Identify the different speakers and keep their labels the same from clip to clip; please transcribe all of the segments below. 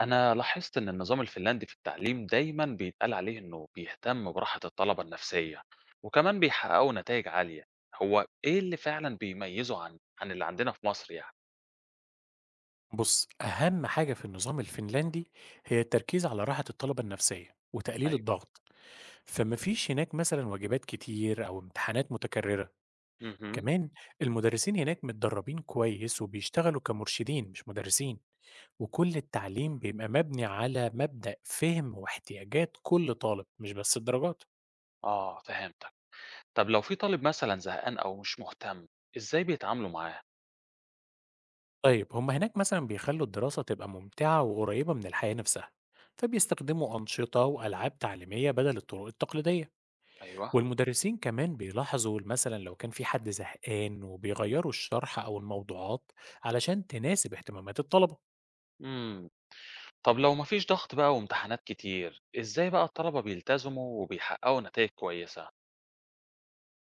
Speaker 1: أنا لاحظت إن النظام الفنلندي في التعليم دايماً بيتقال عليه إنه بيهتم براحة الطلبة النفسية وكمان بيحققوا نتائج عالية، هو إيه اللي فعلاً بيميزه عن اللي عندنا في مصر يعني؟
Speaker 2: بص، أهم حاجة في النظام الفنلندي هي التركيز على راحة الطلبة النفسية وتقليل
Speaker 1: أيوه.
Speaker 2: الضغط. فمفيش هناك مثلا واجبات كتير أو امتحانات متكررة.
Speaker 1: اهم.
Speaker 2: كمان المدرسين هناك متدربين كويس وبيشتغلوا كمرشدين مش مدرسين، وكل التعليم بيبقى مبني على مبدأ فهم واحتياجات كل طالب مش بس الدرجات.
Speaker 1: آه فهمتك، طب لو في طالب مثلاً زهقان أو مش مهتم، إزاي بيتعاملوا معاه؟
Speaker 2: طيب هما هناك مثلا بيخلوا الدراسة تبقى ممتعة وقريبة من الحياة نفسها، فبيستخدموا أنشطة وألعاب تعليمية بدل الطرق التقليدية.
Speaker 1: أيوه.
Speaker 2: والمدرسين كمان بيلاحظوا مثلا لو كان في حد زهقان وبيغيروا الشرح أو الموضوعات علشان تناسب اهتمامات الطلبة.
Speaker 1: إمم، طب لو مفيش ضغط بقى وامتحانات كتير، إزاي بقى الطلبة بيلتزموا وبيحققوا نتائج كويسة؟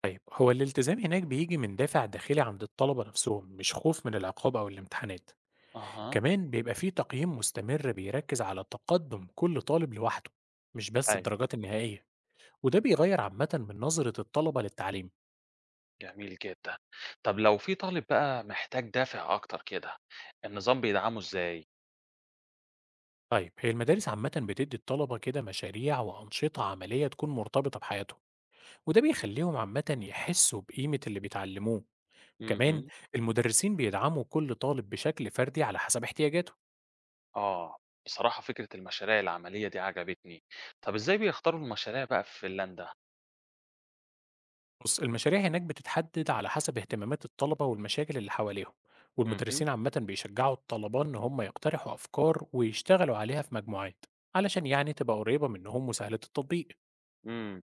Speaker 2: طيب هو الالتزام هناك بيجي من دافع داخلي عند الطلبة نفسهم مش خوف من العقاب أو الامتحانات.
Speaker 1: أها.
Speaker 2: كمان بيبقى في تقييم مستمر بيركز على تقدم كل طالب لوحده مش بس
Speaker 1: أيوه.
Speaker 2: الدرجات النهائية، وده بيغير عامة من نظرة الطلبة للتعليم.
Speaker 1: جميل جدًا. طب لو في طالب بقى محتاج دافع أكتر كده، النظام بيدعمه إزاي؟
Speaker 2: طيب هي المدارس عامة بتدي الطلبة كده مشاريع وأنشطة عملية تكون مرتبطة بحياتهم، وده بيخليهم عامة يحسوا بقيمة اللي بيتعلموه. كمان
Speaker 1: اهم.
Speaker 2: المدرسين بيدعموا كل طالب بشكل فردي على حسب احتياجاته.
Speaker 1: آه. بصراحة فكرة المشاريع العملية دي عجبتني. طب إزاي بيختاروا المشاريع بقى في فنلندا؟
Speaker 2: بص، المشاريع هناك بتتحدد على حسب اهتمامات الطلبة والمشاكل اللي حواليهم،
Speaker 1: اهم.
Speaker 2: والمدرسين عامة بيشجعوا الطلبة إن هم يقترحوا أفكار ويشتغلوا عليها في مجموعات، علشان يعني تبقى قريبة منهم وسهلة التطبيق.
Speaker 1: إمم.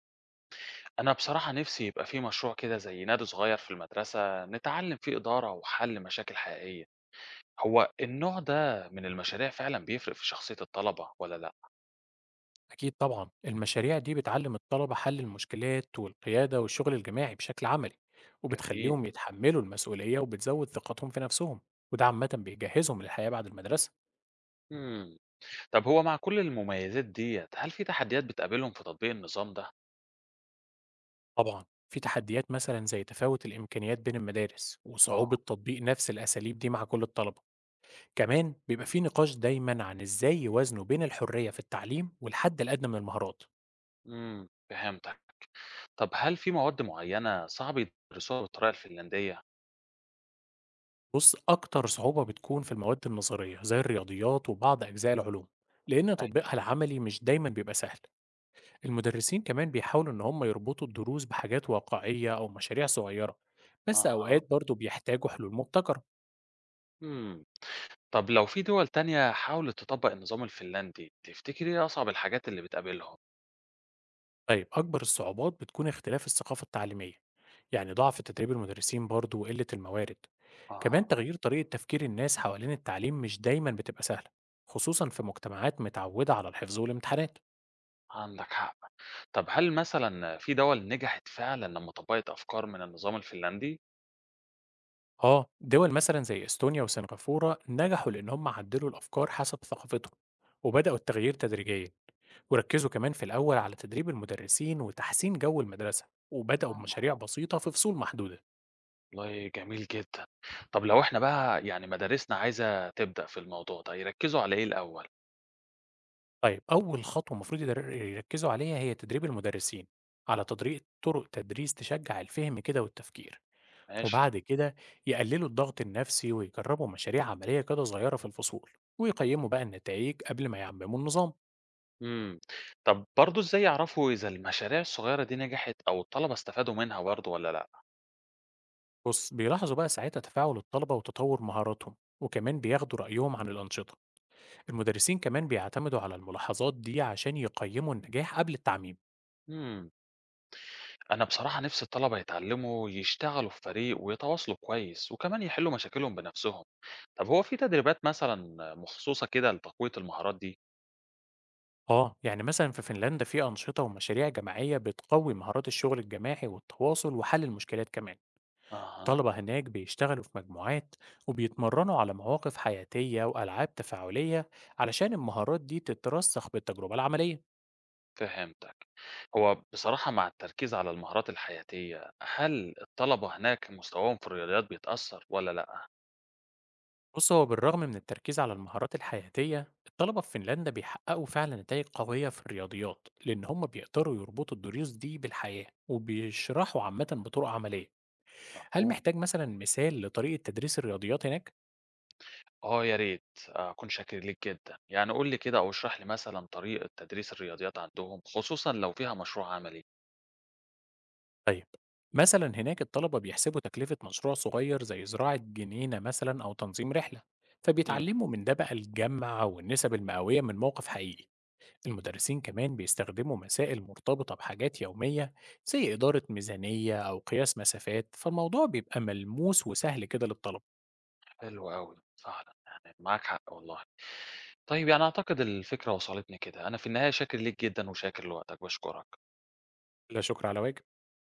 Speaker 1: أنا بصراحة نفسي يبقى في مشروع كده زي نادي صغير في المدرسة نتعلم فيه إدارة وحل مشاكل حقيقية. هو النوع ده من المشاريع فعلًا بيفرق في شخصية الطلبة والّا لأ؟
Speaker 2: أكيد طبعا المشاريع دي بتعلم الطلبة حل المشكلات والقيادة والشغل الجماعي بشكل عملي،
Speaker 1: جميل.
Speaker 2: وبتخليهم يتحملوا المسؤولية وبتزود ثقتهم في نفسهم، وده عامة بيجهزهم للحياة بعد المدرسة.
Speaker 1: إمم. طب هو مع كل المميزات ديّة، هل في تحديات بتقابلهم في تطبيق النظام ده؟
Speaker 2: طبعا في تحديات مثلا زي تفاوت الإمكانيات بين المدارس وصعوبة
Speaker 1: آه،
Speaker 2: تطبيق نفس الأساليب دي مع كل الطلبة. كمان بيبقى في نقاش دايما عن إزاي يوازنوا بين الحرية في التعليم والحد الأدنى من المهارات.
Speaker 1: إمم، فهمتك. طب هل في مواد معيّنة صعب يدرسوها بالطريقة الفنلندية؟
Speaker 2: بص، أكتر صعوبة بتكون في المواد النظرية زي الرياضيات وبعض أجزاء العلوم، لأن
Speaker 1: أي.
Speaker 2: تطبيقها العملي مش دايما بيبقى سهل. المدرسين كمان بيحاولوا إن هم يربطوا الدروس بحاجات واقعية أو مشاريع صغيرة، بس
Speaker 1: أها،
Speaker 2: أوقات برضو بيحتاجوا حلول مبتكرة.
Speaker 1: إمم. طب لو في دول تانية حاولت تطبّق النظام الفنلندي، تفتكري إيه أصعب الحاجات اللي بتقابلهم؟
Speaker 2: طيب أكبر الصعوبات بتكون اختلاف الثقافة التعليمية، يعني ضعف تدريب المدرسين برضو وقلة الموارد.
Speaker 1: أها،
Speaker 2: كمان تغيير طريقة تفكير الناس حوالين التعليم مش دايما بتبقى سهلة، خصوصا في مجتمعات متعودة على الحفظ والامتحانات.
Speaker 1: عندك حق. طب هل مثلًا في دول نجحت فعلًا لمّا طبّقت أفكار من النظام الفنلندي؟
Speaker 2: آه، دول مثلًا زي إستونيا وسنغافورة نجحوا لإن هم عدّلوا الأفكار حسب ثقافتهم، وبدأوا التغيير تدريجيًا، وركّزوا كمان في الأول على تدريب المدرسين وتحسين جو المدرسة، وبدأوا بمشاريع
Speaker 1: آه،
Speaker 2: بسيطة في فصول محدودة.
Speaker 1: والله جميل جدًا. طب لو إحنا بقى يعني مدارسنا عايزة تبدأ في الموضوع ده، يركّزوا على إيه الأول؟
Speaker 2: طيب أول خطوة المفروض يركّزوا عليها هي تدريب المدرسين على تطبيق طرق تدريس تشجّع الفهم كده والتفكير،
Speaker 1: ماشي.
Speaker 2: وبعد كده يقللوا الضغط النفسي ويجرّبوا مشاريع عملية كده صغيرة في الفصول، ويقيّموا بقى النتايج قبل ما يعمموا النظام.
Speaker 1: إمم. طب برضه إزاي يعرفوا إذا المشاريع الصغيرة دي نجحت أو الطلبة استفادوا منها برضه والّا لأ؟
Speaker 2: بص، بيلاحظوا بقى ساعتها تفاعل الطلبة وتطور مهاراتهم وكمان بياخدوا رأيهم عن الأنشطة. المدرسين كمان بيعتمدوا على الملاحظات دي عشان يقيموا النجاح قبل التعميم.
Speaker 1: إمم. أنا بصراحة نِفْسي الطلبة يتعلّموا يشتغلوا في فريق ويتواصلوا كويس وكمان يحلّوا مشاكلهم بنَفْسهم. طب هو في تدريبات مثلًا مخصوصة كده لتقوية المهارات دي؟
Speaker 2: اه يعني مثلا في فنلندا في أنشطة ومشاريع جماعية بتقوي مهارات الشغل الجماعي والتواصل وحل المشكلات كمان.
Speaker 1: أها،
Speaker 2: الطلبة هناك بيشتغلوا في مجموعات وبيتمرنوا على مواقف حياتية وألعاب تفاعلية علشان المهارات دي تترسخ بالتجربة العملية.
Speaker 1: فهمتك. هو بصراحة مع التركيز على المهارات الحياتية، هل الطلبة هناك مستواهم في الرياضيات بيتأثّر والّا لأ؟
Speaker 2: بص، هو بالرغم من التركيز على المهارات الحياتية الطلبة في فنلندا بيحققوا فعلا نتائج قوية في الرياضيات، لأن هم بيقدروا يربطوا الدروس دي بالحياة وبيشرحوا عامة بطرق عملية. هل
Speaker 1: مفهوم.
Speaker 2: محتاج مثلا مثال لطريقة تدريس الرياضيات هناك؟
Speaker 1: آه يا ريت، أكون شاكر ليك جدًا، يعني قُل لي كده أو اشرح لي مثلًا طريقة تدريس الرياضيات عندهم، خصوصًا لو فيها مشروع عملي.
Speaker 2: طيب مثلا هناك الطلبة بيحسبوا تكلفة مشروع صغير زي زراعة جنينة مثلا أو تنظيم رحلة،
Speaker 1: إمم.
Speaker 2: فبيتعلموا من ده بقى الجمع والنسب المئوية من موقف حقيقي. المدرسين كمان بيستخدموا مسائل مرتبطة بحاجات يومية زي إدارة ميزانية أو قياس مسافات، فالموضوع بيبقى ملموس وسهل كده للطلبة.
Speaker 1: حلو أوي، فعلًا يعني معاك حق والله. طيب يعني أعتقد الفكرة وصلتني كده، أنا في النهاية شاكر ليك جدًا وشاكر لوقتك، باشكرك.
Speaker 2: لا شكر على واجب.